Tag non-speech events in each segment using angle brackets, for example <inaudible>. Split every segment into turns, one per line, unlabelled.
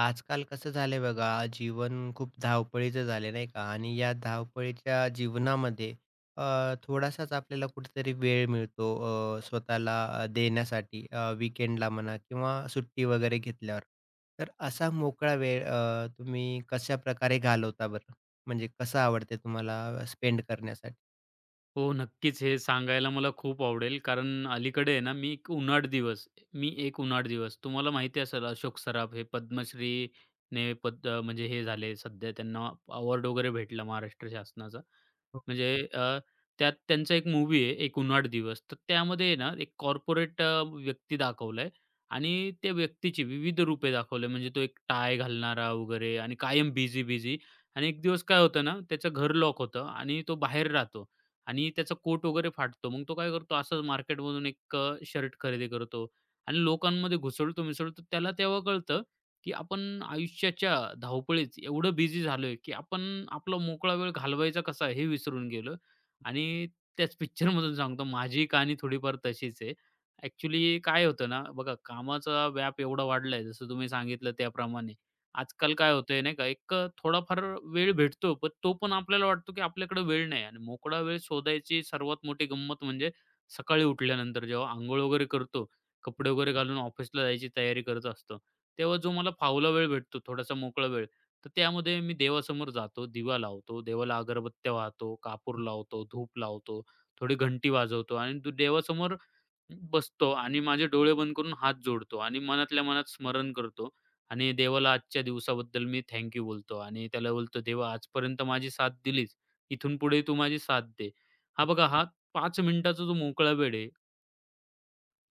आजकाल कसं झालंय बघा, जीवन खूप धावपळीचं झालं नाही का? आणि या धावपळीच्या जीवनामध्ये थोडासाच आपल्याला कुठेतरी वेळ मिळतो स्वतःला देण्यासाठी वीकेंडला म्हणा किंवा सुट्टी वगैरे घेतल्यावर. तर असा मोकळा वेळ तुम्ही कशाप्रकारे घालवता बरं? म्हणजे कसं आवडते तुम्हाला स्पेंड करण्यासाठी?
हो, नक्कीच. हे सांगायला मला खूप आवडेल. कारण अलीकडे आहे ना, मी एक उनाट दिवस तुम्हाला माहिती असेल अशोक सराफ हे पद्मश्रीने म्हणजे हे झाले सध्या त्यांना अवॉर्ड वगैरे भेटला महाराष्ट्र शासनाचा.
हो,
म्हणजे त्यात त्यांचा एक मूवी आहे, एक उनाट दिवस. तर त्यामध्ये आहे ना, एक कॉर्पोरेट व्यक्ती दाखवलाय आणि त्या व्यक्तीची विविध रूपे दाखवले. म्हणजे तो एक टाय घालणारा वगैरे आणि कायम बिझी-बिझी आणि एक दिवस काय होतं ना, त्याचं घर लॉक होतं आणि तो बाहेर राहतो आणि त्याचा कोट वगैरे फाटतो. मग तो काय करतो, असंच मार्केटमधून एक शर्ट खरेदी करतो आणि लोकांमध्ये घुसळतो-मिसळतो. त्याला तेव्हा कळतं की आपण आयुष्याच्या धावपळीत एवढं बिझी झालोय, की आपण आपला मोकळा वेळ घालवायचा कसा हे विसरून गेलो. आणि त्याच पिक्चरमधून सांगतो माझी कहाणी थोडीफार तशीच आहे. ॲक्चुअली काय होतं ना, बघा कामाचा व्याप एवढा वाढलाय जसं तुम्ही सांगितलं त्याप्रमाणे. आजकाल काय होतंय नाही का, एक थोडाफार वेळ भेटतो, पण तो पण आपल्याला वाटतो की आपल्याकडे वेळ नाही आणि मोकळा वेळ शोधायची सर्वात मोठी गंमत म्हणजे सकाळी उठल्यानंतर जेव्हा अंघोळ वगैरे करतो, कपडे वगैरे घालून ऑफिसला जायची तयारी करत असतो. तेव्हा जो मला फावला वेळ भेटतो, थोडासा मोकळा वेळ, तर त्यामध्ये मी देवासमोर जातो, दिवा लावतो, देवाला अगरबत्त्या वाहतो, कापूर लावतो, धूप लावतो, थोडी घंटी वाजवतो आणि देवासमोर बसतो आणि माझे डोळे बंद करून हात जोडतो आणि मनातल्या मनात स्मरण करतो आणि देवाला आजच्या दिवसाबद्दल मी थँक बोलतो आणि त्याला बोलतो, "देवा आजपर्यंत माझी साथ दिलीस, इथून पुढे तू माझी साथ दे." हा बघा, हा 5 मिनिटाचा जो मोकळा वेळ आहे,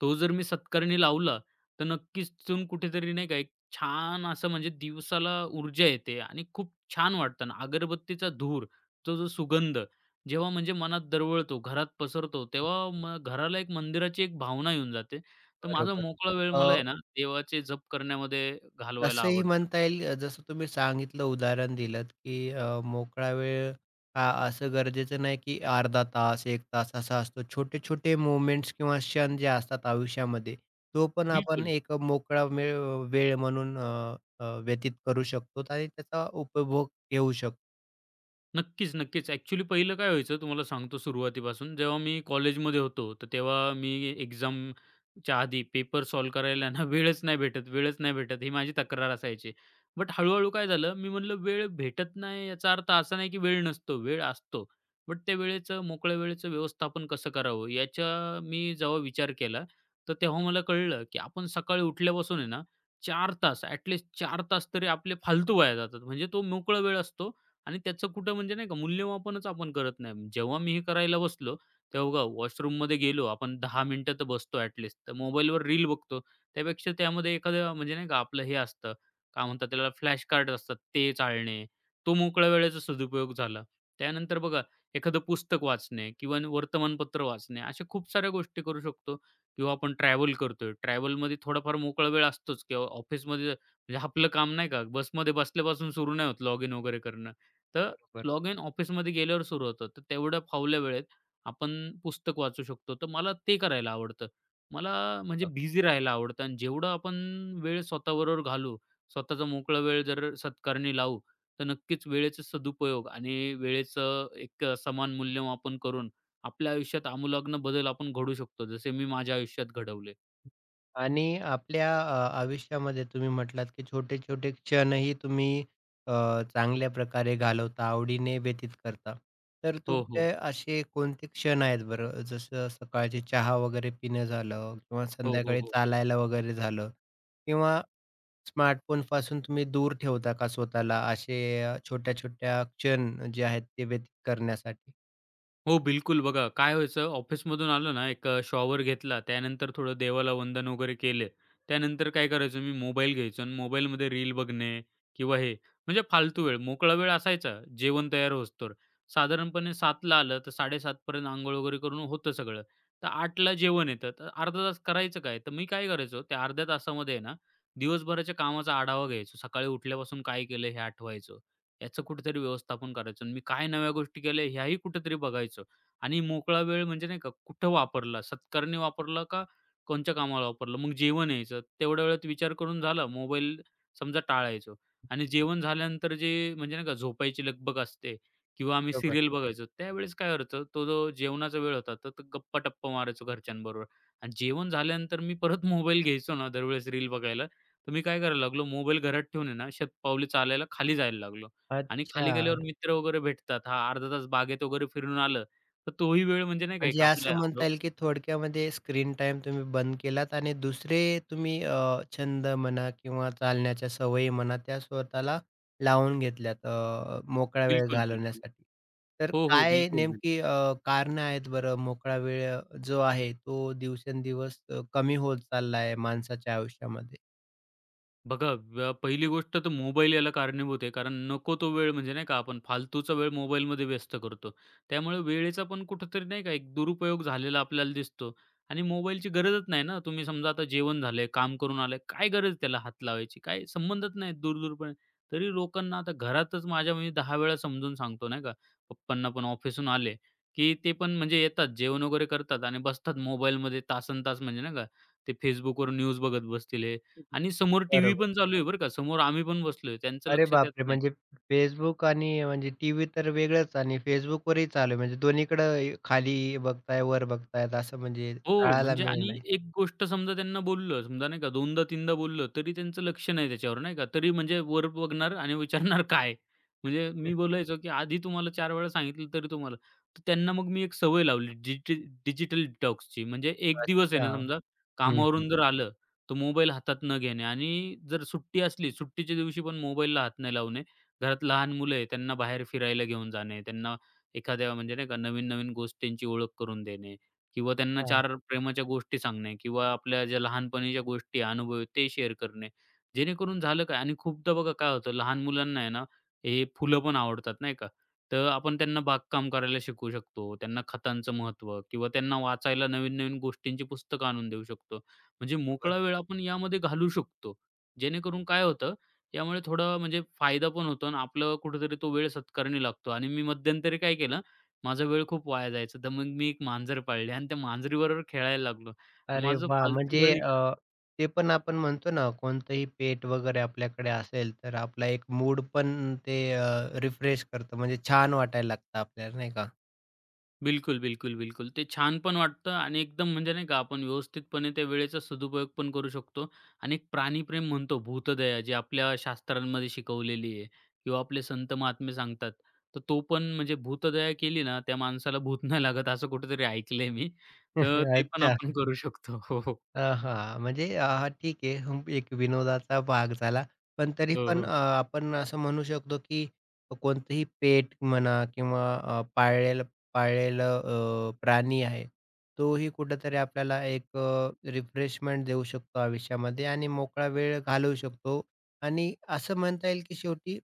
तो जर मी सत्कारणी लावला, तर नक्कीच तिथून कुठेतरी नाही का एक छान असं म्हणजे दिवसाला ऊर्जा येते आणि खूप छान वाटतं ना. अगरबत्तीचा धूर, तो जो सुगंध जेव्हा म्हणजे मनात दरवळतो, घरात पसरतो, तेव्हा मग घराला एक मंदिराची एक भावना येऊन जाते. तर माझा
बरोबर.
मोकळा वेळ मला आहे ना, देवाचे जप करण्यामध्ये घालवायला
असंही
आवडतं.
म्हणता येईल जसं तुम्ही सांगितलं उदाहरण दिलंत, की मोकळा वेळ हा असं गरजेचं नाही, की अर्धा तास, एक तास असा असतो. छोटे-छोटे मोमेंट्स किंवा क्षण जे असतात आयुष्यामध्ये, तो पण आपण
बिलकुल.
एक मोकळा वेळ म्हणून अ, अ, व्यतीत करू शकतो आणि त्याचा उपभोग घेऊ शकतो.
नक्कीच, नक्कीच. ॲक्चुअली पहिलं काय व्हायचं तुम्हाला सांगतो सुरुवातीपासून. जेव्हा मी कॉलेजमध्ये होतो, तर तेव्हा मी एक्झामच्या आधी पेपर सॉल्व्ह करायला ना <laughs> वेळच नाही भेटत, वेळच नाही भेटत ही माझी तक्रार असायची. बट हळू काय झालं, मी म्हटलं वेळ भेटत नाही याचा अर्थ असा नाही की वेळ नसतो, वेळ असतो. बट त्या वेळेचं मोकळ्या वेळेचं व्यवस्थापन कसं करावं याचा मी जेव्हा विचार केला, तर तेव्हा मला कळलं की आपण सकाळी उठल्यापासून आहे ना 4 तास ॲट लीस्ट तास तरी आपले फालतू वाया जातात. म्हणजे तो मोकळा वेळ असतो आणि त्याचं कुठं म्हणजे नाही का मूल्यमापनच आपण करत नाही. जेव्हा मी हे करायला बसलो, तेव्हा बघा वॉशरूममध्ये गेलो आपण दहा मिनिटं तर बसतो ॲटलीस्ट. तर मोबाईलवर रील बघतो. त्यापेक्षा त्यामध्ये एखादं म्हणजे नाही का आपलं हे असतं, काय म्हणतात त्याला फ्लॅश कार्ड असतात ते चाळणे. तो मोकळ्या वेळेचा सदुपयोग झाला. त्यानंतर बघा एखादं पुस्तक वाचणे किंवा वर्तमानपत्र वाचणे अशा खूप साऱ्या गोष्टी करू शकतो किंवा आपण ट्रॅव्हल करतोय. ट्रॅव्हलमध्ये थोडाफार मोकळा वेळ असतोच किंवा ऑफिसमध्ये म्हणजे आपलं काम नाही का बसमध्ये बसल्यापासून सुरू नाही होत लॉगिन वगैरे करणं. तर
बरोबर.
लॉग इन ऑफिसमध्ये गेल्यावर सुरू होतं. तर तेवढ्या फावल्या वेळेत आपण पुस्तक वाचू शकतो. तर मला ते करायला आवडतं. मला म्हणजे बिझी राहायला आवडतं आणि जेवढं आपण वेळ स्वतःबरोबर घालवू, स्वतःचा मोकळा वेळ जर सत्कारणी लावू, तर नक्कीच वेळेचा सदुपयोग आणि वेळेचं एक समान मूल्यमापन करून आपल्या आयुष्यात आमूलाग्न बदल आपण घडवू शकतो. जसे मी माझ्या आयुष्यात घडवले.
आणि आपल्या आयुष्यामध्ये तुम्ही म्हटलात, की छोटे-छोटे क्षणही तुम्ही अ, चांगल्या प्रकारे घालवता, आवडीने व्यतीत करता. तर
हो, हो.
तुमचे असे कोणते क्षण आहेत बरं? जसं सकाळची चहा वगैरे पिणं झालं किंवा
हो, हो,
संध्याकाळी
हो.
चालायला वगैरे झालं किंवा स्मार्टफोनपासून तुम्ही दूर ठेवता का स्वतःला असे छोट्या-छोट्या क्षण जे आहेत ते व्यतीत करण्यासाठी?
हो, बिलकुल. बघा काय व्हायचं ऑफिसमधून आलो ना, एक शॉवर घेतला. त्यानंतर थोडं देवाला वंदन वगैरे केले. त्यानंतर काय करायचो मी मोबाईल घ्यायचो आणि मोबाईलमध्ये रील बघणे किंवा हे म्हणजे फालतू वेळ, मोकळा वेळ असायचा जेवण तयार होईस्तोवर. साधारणपणे 7:00ला आलं तर 7:30 पर्यंत वगैरे करून होतं सगळं. तर 8:00ला जेवण येतं. तर अर्धा तास करायचं काय? तर मी काय करायचो त्या अर्ध्या तासामध्ये आहे ना, दिवसभराच्या कामाचा आढावा घ्यायचो. सकाळी उठल्यापासून काय केलं हे आठवायचो. याचं कुठेतरी व्यवस्थापन करायचं आणि मी काय नव्या गोष्टी केल्या ह्याही कुठेतरी बघायचं आणि मोकळा वेळ म्हणजे नाही का कुठं वापरला, सत्कारणी वापरला का कोणच्या कामाला वापरलं. मग जेवण यायचं तेवढ्या वेळात विचार करून झाला मोबाईल समजा टाळायचो आणि जेवण झाल्यानंतर जे म्हणजे नाही का झोपायची लगबग असते किंवा आम्ही
बरोबर.
सीरियल बघायचो. त्यावेळेस काय करायचं तो जो जेवणाचा वेळ होता तर गप्पा-टप्पा मारायचो घरच्यांबरोबर आणि जेवण झाल्यानंतर मी परत मोबाईल घ्यायचो ना दरवेळेस रील बघायला. तर मी काय करायला लागलो मोबाईल घरात ठेवून आहे ना शतपावली चालायला खाली जायला लागलो. आणि खाली
अच्छा.
गेल्यावर मित्र वगैरे भेटतात. हां, अर्धा तास बागेत वगैरे फिरून आलं, तर तोही वेळ म्हणजे नाही का
म्हणजे
एक
असं
आपल्या
म्हणता येईल की थोडक्यामध्ये स्क्रीन टाइम तुम्ही बंद केलात आणि दुसरे तुम्ही छंद म्हणा किंवा चालण्याच्या सवयी म्हणा, त्या स्वतःला लावून घेतल्यात मोकळा वेळ
बिलकुल, बिलकुल.
घालवण्यासाठी. तर
हो, हो.
काय
बिलकुल, बिलकुल.
नेमकी कारणं आहेत बरं मोकळा वेळ जो आहे तो दिवसेंदिवस कमी होत चालला आहे माणसाच्या आयुष्यामध्ये?
बघा, पहिली गोष्ट तर मोबाईल याला कारणीभूत आहे. कारण नको तो वेळ म्हणजे नाही का आपण फालतूचा वेळ मोबाईलमध्ये व्यस्त करतो. त्यामुळे वेळेचा पण कुठेतरी नाही का एक दुरुपयोग झालेला आपल्याला दिसतो आणि मोबाईलची गरजच नाही ना. तुम्ही समजा आता जेवण झालंय, काम करून आले, काय गरज त्याला हात लावायची? काय संबंधच नाही दूर तरी लोकांना आता घरातच माझ्या मी 10 वेळा समजून सांगतो नाही का. पप्पांना पण ऑफिसहून आले, की ते पण म्हणजे येतात, जेवण वगैरे करतात आणि बसतात मोबाईलमध्ये तासनतास म्हणजे नाही का, ते Facebookवर न्यूज बघत बसतील आणि समोर टीव्ही
बरोबर.
पण चालू आहे बरं का, समोर आम्ही पण बसलोय. त्यांचं
अरे
लक्ष त्यात
बापरे!
नाही.
म्हणजे Facebook आणि म्हणजे टीव्ही तर वेगळंच आणि Facebookवरही चालू आहे. म्हणजे दोन्हीकडे खाली बघताय, वर बघतायत असं म्हणजे
हो,
टाळायला
म्हणजे
मिळ
आणि
नाही.
एक गोष्ट समजा त्यांना बोललं, समजा नाही का 2दा-3दा बोललं, तरी त्यांचं लक्ष नाही त्याच्यावर नाही का. तरी म्हणजे वर बघणार आणि विचारणार <laughs> काय? म्हणजे मी बोलायचो, की आधी तुम्हाला 4 वेळा सांगितलं तरी तुम्हाला तर त्यांना मग मी एक सवय लावली डिजिटल डिटॉक्सची. म्हणजे एक दिवस आहे
अच्छा.
ना समजा
हं, हं.
कामावरून जर आलं, तर मोबाईल हातात न घेणे आणि जर सुट्टी असली, सुट्टीच्या दिवशी पण मोबाईलला हात नाही लावणे. घरात लहान मुलं आहे त्यांना बाहेर फिरायला घेऊन जाणे, त्यांना एखाद्या म्हणजे नाही का नवीन-नवीन गोष्टींची ओळख करून देणे. किंवा त्यांना
हां,
4 प्रेमाच्या गोष्टी सांगणे किंवा आपल्या ज्या लहानपणीच्या गोष्टी, अनुभव आहेत ते शेअर करणे. जेणेकरून झालं काय आणि खूपदा बघा काय होतं लहान मुलांना आहे ना, हे फुलं पण आवडतात नाही का. तर आपण त्यांना बागकाम करायला शिकवू शकतो, त्यांना खतांचं महत्त्व किंवा त्यांना वाचायला नवीन-नवीन गोष्टींची पुस्तकं आणून देऊ शकतो. म्हणजे
बरं.
मोकळा वेळ आपण यामध्ये घालवू शकतो. जेणेकरून काय होतं, यामुळे थोडा म्हणजे फायदा पण होतो आणि आपलं कुठेतरी तो वेळ सत्कारणी लागतो आणि मी मध्यंतरी काय केलं माझा वेळ खूप वाया जायचा. तर मग मी एक मांजर पाळली आणि त्या मांजरीबरोबर खेळायला लागलो आणि
अरे
माझा जो
वाह!
फालतू
म्हणजे
वेळ इकडे
ते पण आपण म्हणतो ना कोणतंही पेट वगैरे आपल्याकडे असेल तर आपला एक मूड पण ते रिफ्रेश करतं म्हणजे छान वाटायला लागतं आपल्याला नाही का?
बिलकुल, बिलकुल, बिलकुल. ते छान पण वाटतं आणि एकदम म्हणजे नाही का आपण व्यवस्थितपणे त्या वेळेचा सदुपयोग पण करू शकतो आणि एक प्राणीप्रेम म्हणतो, भूतदया जी आपल्या शास्त्रांमध्ये शिकवलेली आहे किंवा आपले संत महात्मे सांगतात. तर तो पण म्हणजे भूतदया केली ना, त्या माणसाला भूत नाही लागत असं कुठेतरी ऐकलंय मी. तर
<laughs>
ते पण
अच्छा.
आपण करू शकतो. हो, हो.
हां, म्हणजे हां, ठीक आहे. हं, एक विनोदाचा भाग झाला. पण तरी
हो,
पण
हो.
आपण असं म्हणू शकतो, की कोणतंही पेट म्हणा किंवा पाळलेलं पाळलेलं प्राणी आहे, तोही कुठेतरी आपल्याला एक रिफ्रेशमेंट देऊ शकतो आयुष्यामध्ये आणि मोकळा वेळ घालवू शकतो आणि असं म्हणता येईल, की शेवटी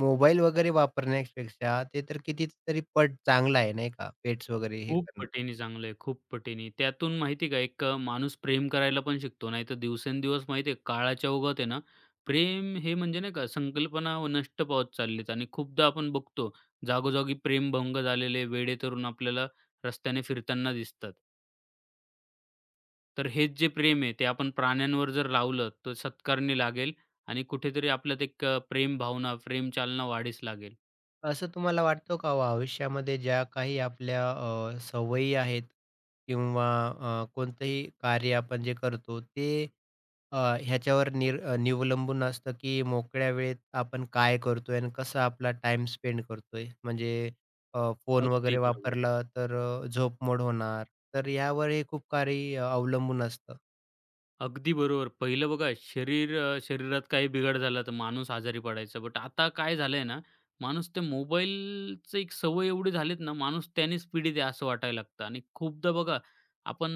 मोबाईल वगैरे वापरण्यापेक्षा ते तर कितीतरी पट चांगलं आहे, नाही का? पेट्स वगैरे हे
खूप
करणं.
पटीने चांगलं आहे, खूप पटीने. त्यातून माहिती का एक माणूस प्रेम करायला पण शिकतो. नाहीतर दिवसेंदिवस माहिती आहे काळाच्या ओघात आहे ना, प्रेम हे म्हणजे नाही का संकल्पना व नष्ट पावत चाललीत आणि खूपदा आपण बघतो जागोजागी प्रेमभंग झालेले वेडे तरुण आपल्याला रस्त्याने फिरताना दिसतात. तर हेच जे प्रेम आहे ते आपण प्राण्यांवर जर लावलं तर सत्कारणी लागेल आणि कुठेतरी आपल्यात एक प्रेम भावना, प्रेम चालना वाढीस लागेल.
असं तुम्हाला वाटतं का हो आयुष्यामध्ये ज्या काही आपल्या सवयी आहेत किंवा कोणतंही कार्य आपण जे करतो ते अ, ह्याच्यावर निवलंबून असतं की मोकळ्या वेळेत आपण काय करतोय आणि कसा आपला टाइम स्पेंड करतोय. म्हणजे फोन
अगदी
वगैरे
बरोबर.
वापरला तर झोप मोड होणार. तर यावर हे खूप काही अवलंबून असतं.
अगदी बरोबर. पहिलं बघा शरीरात काही बिघाड झाला तर माणूस आजारी पडायचा. बट आता काय झालंय ना, माणूस त्या मोबाईलचं एक सवय एवढी झालीत ना, माणूस त्यानेच पीडित आहे असं वाटायला लागतं. आणि खूपदा बघा आपण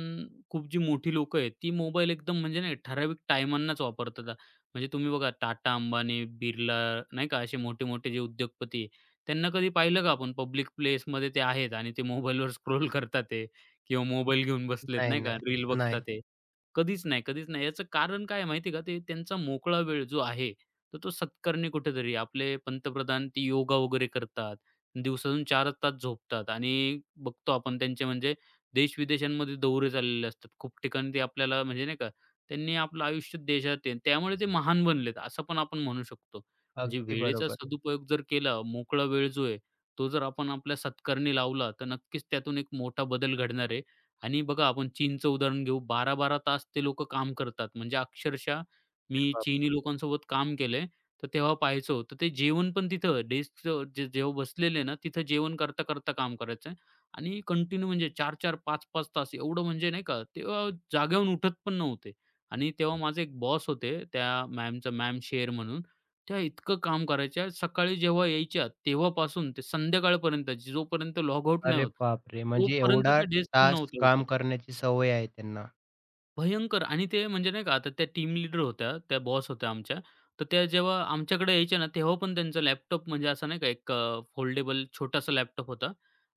खूप जी मोठी लोकं आहेत, ती मोबाईल एकदम म्हणजे नाही ठराविक टायमांनाच वापरतात. म्हणजे तुम्ही बघा टाटा, अंबानी, बिर्ला नाही का असे मोठे-मोठे जे उद्योगपती आहे, त्यांना कधी पाहिलं का आपण पब्लिक प्लेसमध्ये ते आहेत आणि ते मोबाईलवर <laughs> स्क्रोल करतात आहे किंवा मोबाईल घेऊन बसलेत
नाही,
नाही का,
नाही,
रील बघतात
नाही.
आहे. कधीच नाही, कधीच नाही. याचं कारण काय आहे माहिती आहे का? ते त्यांचा मोकळा वेळ जो आहे, तर तो सत्कारणी कुठेतरी. आपले पंतप्रधान ते योगा वगैरे करतात. दिवसातून 4च तास झोपतात आणि बघतो आपण त्यांचे म्हणजे देश-विदेशांमध्ये दौरे चाललेले असतात. खूप ठिकाणी ते आपल्याला म्हणजे नाही का, त्यांनी आपलं आयुष्य देशात आहे. त्यामुळे ते महान बनलेत, असं पण आपण म्हणू शकतो. म्हणजे
अगदी
वेळेचा
बरोबर.
सदुपयोग जर केला, मोकळा वेळ जो आहे, तो जर आपण आपल्या सत्कारणी लावला, तर नक्कीच त्यातून एक मोठा बदल घडणार आहे आणि बघा आपण चीनचं उदाहरण घेऊ. 12-12 तास ते लोकं काम करतात. म्हणजे अक्षरशः
अरे
मी
बाप
चीनी लोकांसोबत काम केलंय. तर तेव्हा पाहायचो. तर ते जेवण पण तिथं डेस्कचं जेव्हा बसलेले ना, तिथं जेवण करता-करता काम करायचं आणि कंटिन्यू म्हणजे 4-4, 5-5 तास एवढं म्हणजे नाही का, तेव्हा जागेहून उठत पण नव्हते. आणि तेव्हा माझे एक बॉस होते, त्या मॅमचं मॅम शेर म्हणून. त्या इतकं काम करायच्या. सकाळी जेव्हा यायच्या तेव्हापासून ते संध्याकाळपर्यंत जोपर्यंत लॉग आउट नाही
अरे
होत,
बापरे! म्हणजे
तोपर्यंत
एवढा
त्या डेस्कहून
तास
नव्हत्या
काम
उठत.
करण्याची सवय आहे त्यांना.
भयंकर आणि ते म्हणजे नाही का आता त्या टीम लीडर होत्या, त्या बॉस होत्या आमच्या. तर त्या जेव्हा आमच्याकडे यायच्या ना, तेव्हा पण त्यांचा लॅपटॉप म्हणजे असा नाही का एक फोल्डेबल छोटासा लॅपटॉप होता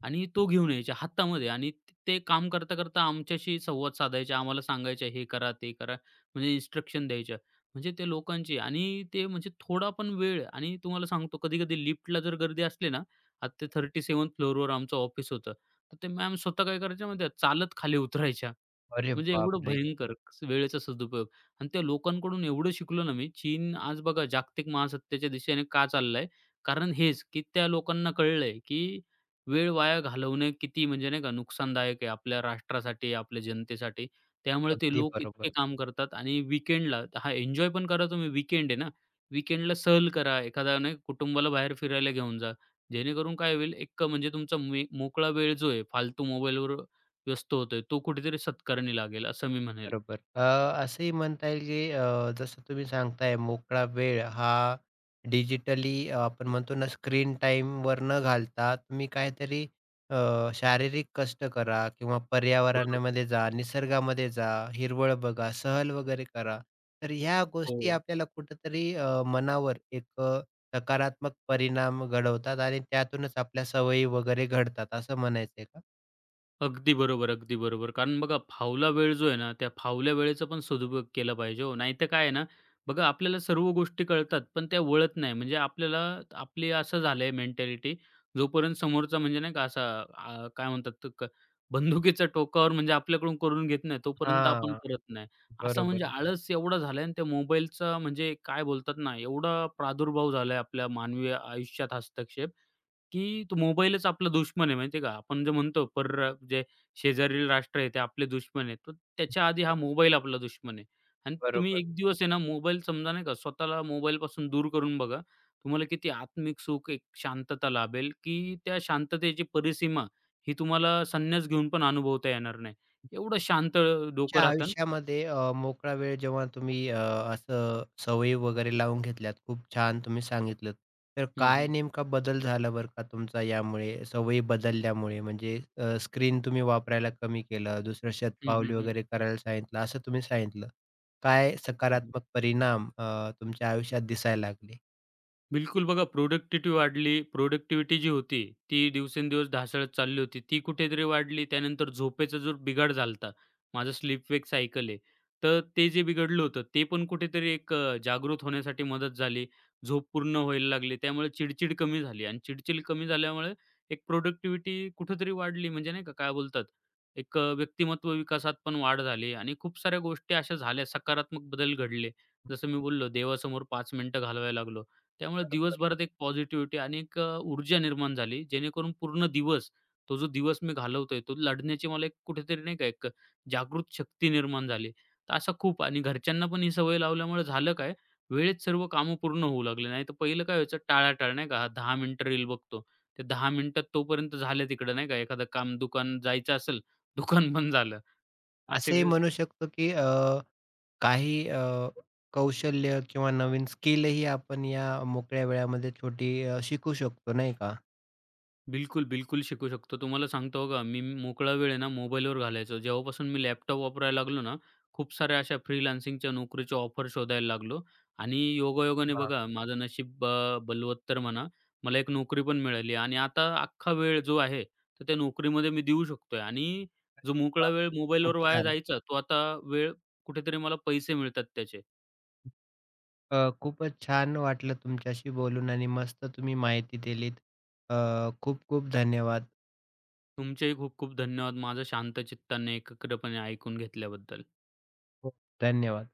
आणि तो घेऊन यायच्या हातामध्ये आणि ते ते काम करता, करता आमच्याशी संवाद साधायचे. आम्हाला सांगायच्या, "हे करा, ते करा." म्हणजे इन्स्ट्रक्शन द्यायच्या. म्हणजे ते लोकांची आणि ते म्हणजे थोडा पण वेळ आणि तुम्हाला सांगतो कधी-कधी लिफ्टला जर गर्दी असली ना, आता ते 37th फ्लोअरवर आमचं ऑफिस होतं. तर ते मॅम स्वतः काय करायच्या माहिती आहे, चालत खाली उतरायच्या.
अरे
म्हणजे एवढं
बापरे!
भयंकर वेळेचा सदुपयोग आणि त्या लोकांकडून एवढं शिकलो ना मी. चीन आज बघा जागतिक महासत्तेच्या दिशेने का चाललाय? कारण हेच, की त्या लोकांना कळलंय, की वेळ वाया घालवणे किती म्हणजे नाही का नुकसानदायक आहे आपल्या राष्ट्रासाठी, आपल्या जनतेसाठी. त्यामुळे ते
अगदी
लोक
बरोबर,
इतके काम करतात आणि वीकेंडला हा एन्जॉय पण करा तुम्ही वीकेंड आहे ना. वीकेंडला सहल करा, एखादा नाही कुटुंबाला बाहेर फिरायला घेऊन जा. जेणेकरून काय होईल एक म्हणजे तुमचा मोकळा वेळ जो आहे फालतू मोबाईलवर व्यस्त होतोय, तो कुठेतरी सत्कारणी लागेल असं मी म्हणेल.
बरोबर. असंही म्हणता येईल की जसं तुम्ही सांगताय मोकळा वेळ हा डिजिटली आपण म्हणतो ना स्क्रीन टाईमवर न घालता तुम्ही काहीतरी अ, शारीरिक कष्ट करा किंवा
बरोबर.
पर्यावरणामध्ये जा, निसर्गामध्ये जा, हिरवळ बघा, सहल वगैरे करा. तर ह्या गोष्टी
हो.
आपल्याला कुठेतरी मनावर एक सकारात्मक परिणाम घडवतात आणि त्यातूनच आपल्या सवयी वगैरे घडतात असं म्हणायचंय का?
अगदी बरोबर, अगदी बरोबर. कारण बघा फावला वेळ जो आहे ना, त्या फावल्या वेळेचा पण सदुपयोग केला पाहिजे हो. नाहीतर काय आहे ना, बघा आपल्याला सर्व गोष्टी कळतात, पण त्या वळत नाही. म्हणजे आपल्याला आपली असं झालंय मेंटॅलिटी, जोपर्यंत समोरचा म्हणजे नाही का असा काय म्हणतात तो क बंदुकीच्या टोकावर म्हणजे आपल्याकडून करून घेत नाही, तोपर्यंत आपण
हां,
करत नाही. असा
बरोबर.
म्हणजे आळस एवढा झालाय आणि त्या मोबाईलचा म्हणजे काय बोलतात ना, एवढा प्रादुर्भाव झालाय आपल्या मानवी आयुष्यात हस्तक्षेप, की तो मोबाईलच आपला दुश्मन आहे माहिती आहे का? आपण जे म्हणतो जे शेजारील राष्ट्र आहे ते आपले दुश्मन आहे. तर त्याच्या आधी हा मोबाईल आपला दुश्मन आहे. आणि तुम्ही
बरोबर.
एक दिवस आहे ना मोबाईल समजा नाही का स्वतःला मोबाईलपासून दूर करून बघा. तुम्हाला किती आत्मिक सुख, एक शांतता लाभेल, की त्या शांततेची परिसीमा ही तुम्हाला संन्यास घेऊन पण अनुभवता येणार नाही. एवढं शांत डोकं
तुमच्या
राहतं.
आयुष्यामध्ये मोकळा वेळ जेव्हा तुम्ही असं सवयी वगैरे लावून घेतल्यात, खूप छान तुम्ही सांगितलत. तर
हं,
काय
हं.
नेमका बदल झाला बरं का तुमचा यामुळे, सवयी बदलल्यामुळे? म्हणजे स्क्रीन तुम्ही वापरायला कमी केलं, दुसरं
हं, हं,
शतपावली
हं.
वगैरे करायला सांगितलं, असं तुम्ही सांगितलं. काय
हं.
सकारात्मक परिणाम तुमच्या आयुष्यात दिसायला लागले?
बिलकुल बघा प्रोडक्टिटी वाढली. प्रोडक्टिव्हिटी जी होती, ती दिवसेंदिवस ढासळत चालली होती. ती कुठेतरी वाढली. त्यानंतर झोपेचा जो बिघाड झाला होता. माझं स्लीप वेक सायकल आहे. तर ते जे बिघडलं होतं, ते पण कुठेतरी एक जागृत होण्यासाठी मदत झाली. झोप पूर्ण व्हायला लागली. त्यामुळे चिडचिड कमी झाली आणि चिडचिड कमी झाल्यामुळे एक प्रोडक्टिव्हिटी कुठेतरी वाढली. म्हणजे नाही का काय बोलतात, एक व्यक्तिमत्व विकासात पण वाढ झाली आणि खूप साऱ्या गोष्टी अशा झाल्या. सकारात्मक बदल घडले. जसं मी बोललो देवासमोर 5 मिनिटं घालवायला लागलो. त्यामुळे
बरोबर.
दिवसभरात एक पॉझिटिव्हिटी आणि एक ऊर्जा निर्माण झाली, जेणेकरून पूर्ण दिवस, तो जो दिवस मी घालवतोय, तो लढण्याची मला एक कुठेतरी नाही का एक जागृत शक्ती निर्माण झाली. तर असा खूप आणि घरच्यांना पण ही सवय लावल्यामुळे झालं काय, वेळेत सर्व कामं पूर्ण होऊ लागले. नाहीतर पहिलं काय व्हायचं टाळाटाळ नाही का, 10 मिनिटं रील बघतो. ते 10 मिनिटात तोपर्यंत झालं तिकडं नाही का, एखादं काम दुकान जायचं असेल, दुकान बंद झालं. असे
असंही म्हणू शकतो की काही कौशल्य किंवा नवीन स्किलही आपण या मोकळ्या वेळामध्ये छोटी शिकू शकतो, नाही का?
बिलकुल, बिलकुल शिकू शकतो. तुम्हाला सांगतो बघा, मी मोकळा वेळ आहे ना मोबाईलवर घालायचो. जेव्हापासून मी लॅपटॉप वापरायला लागलो ना, खूप साऱ्या अशा फ्रीलान्सिंगच्या नोकरीच्या ऑफर शोधायला लागलो आणि योगायोगाने
वाह!
बघा माझं नशीब बलवत्तर म्हणा, मला एक नोकरी पण मिळाली आणि आता अख्खा वेळ जो आहे, तर त्या नोकरीमध्ये मी देऊ शकतोय आणि जो मोकळा
वाह!
वेळ
खूपच
मोबाईलवर वाया
छान.
जायचा, तो आता वेळ कुठेतरी मला पैसे मिळतात त्याचे.
खूपच छान वाटलं तुमच्याशी बोलून आणि मस्त तुम्ही माहिती दिलीत. अ, खूप खूप धन्यवाद.
तुमचेही खूप खूप धन्यवाद. माझं शांत चित्ताने, एकाग्रपणे ऐकून घेतल्याबद्दल.
हो. धन्यवाद.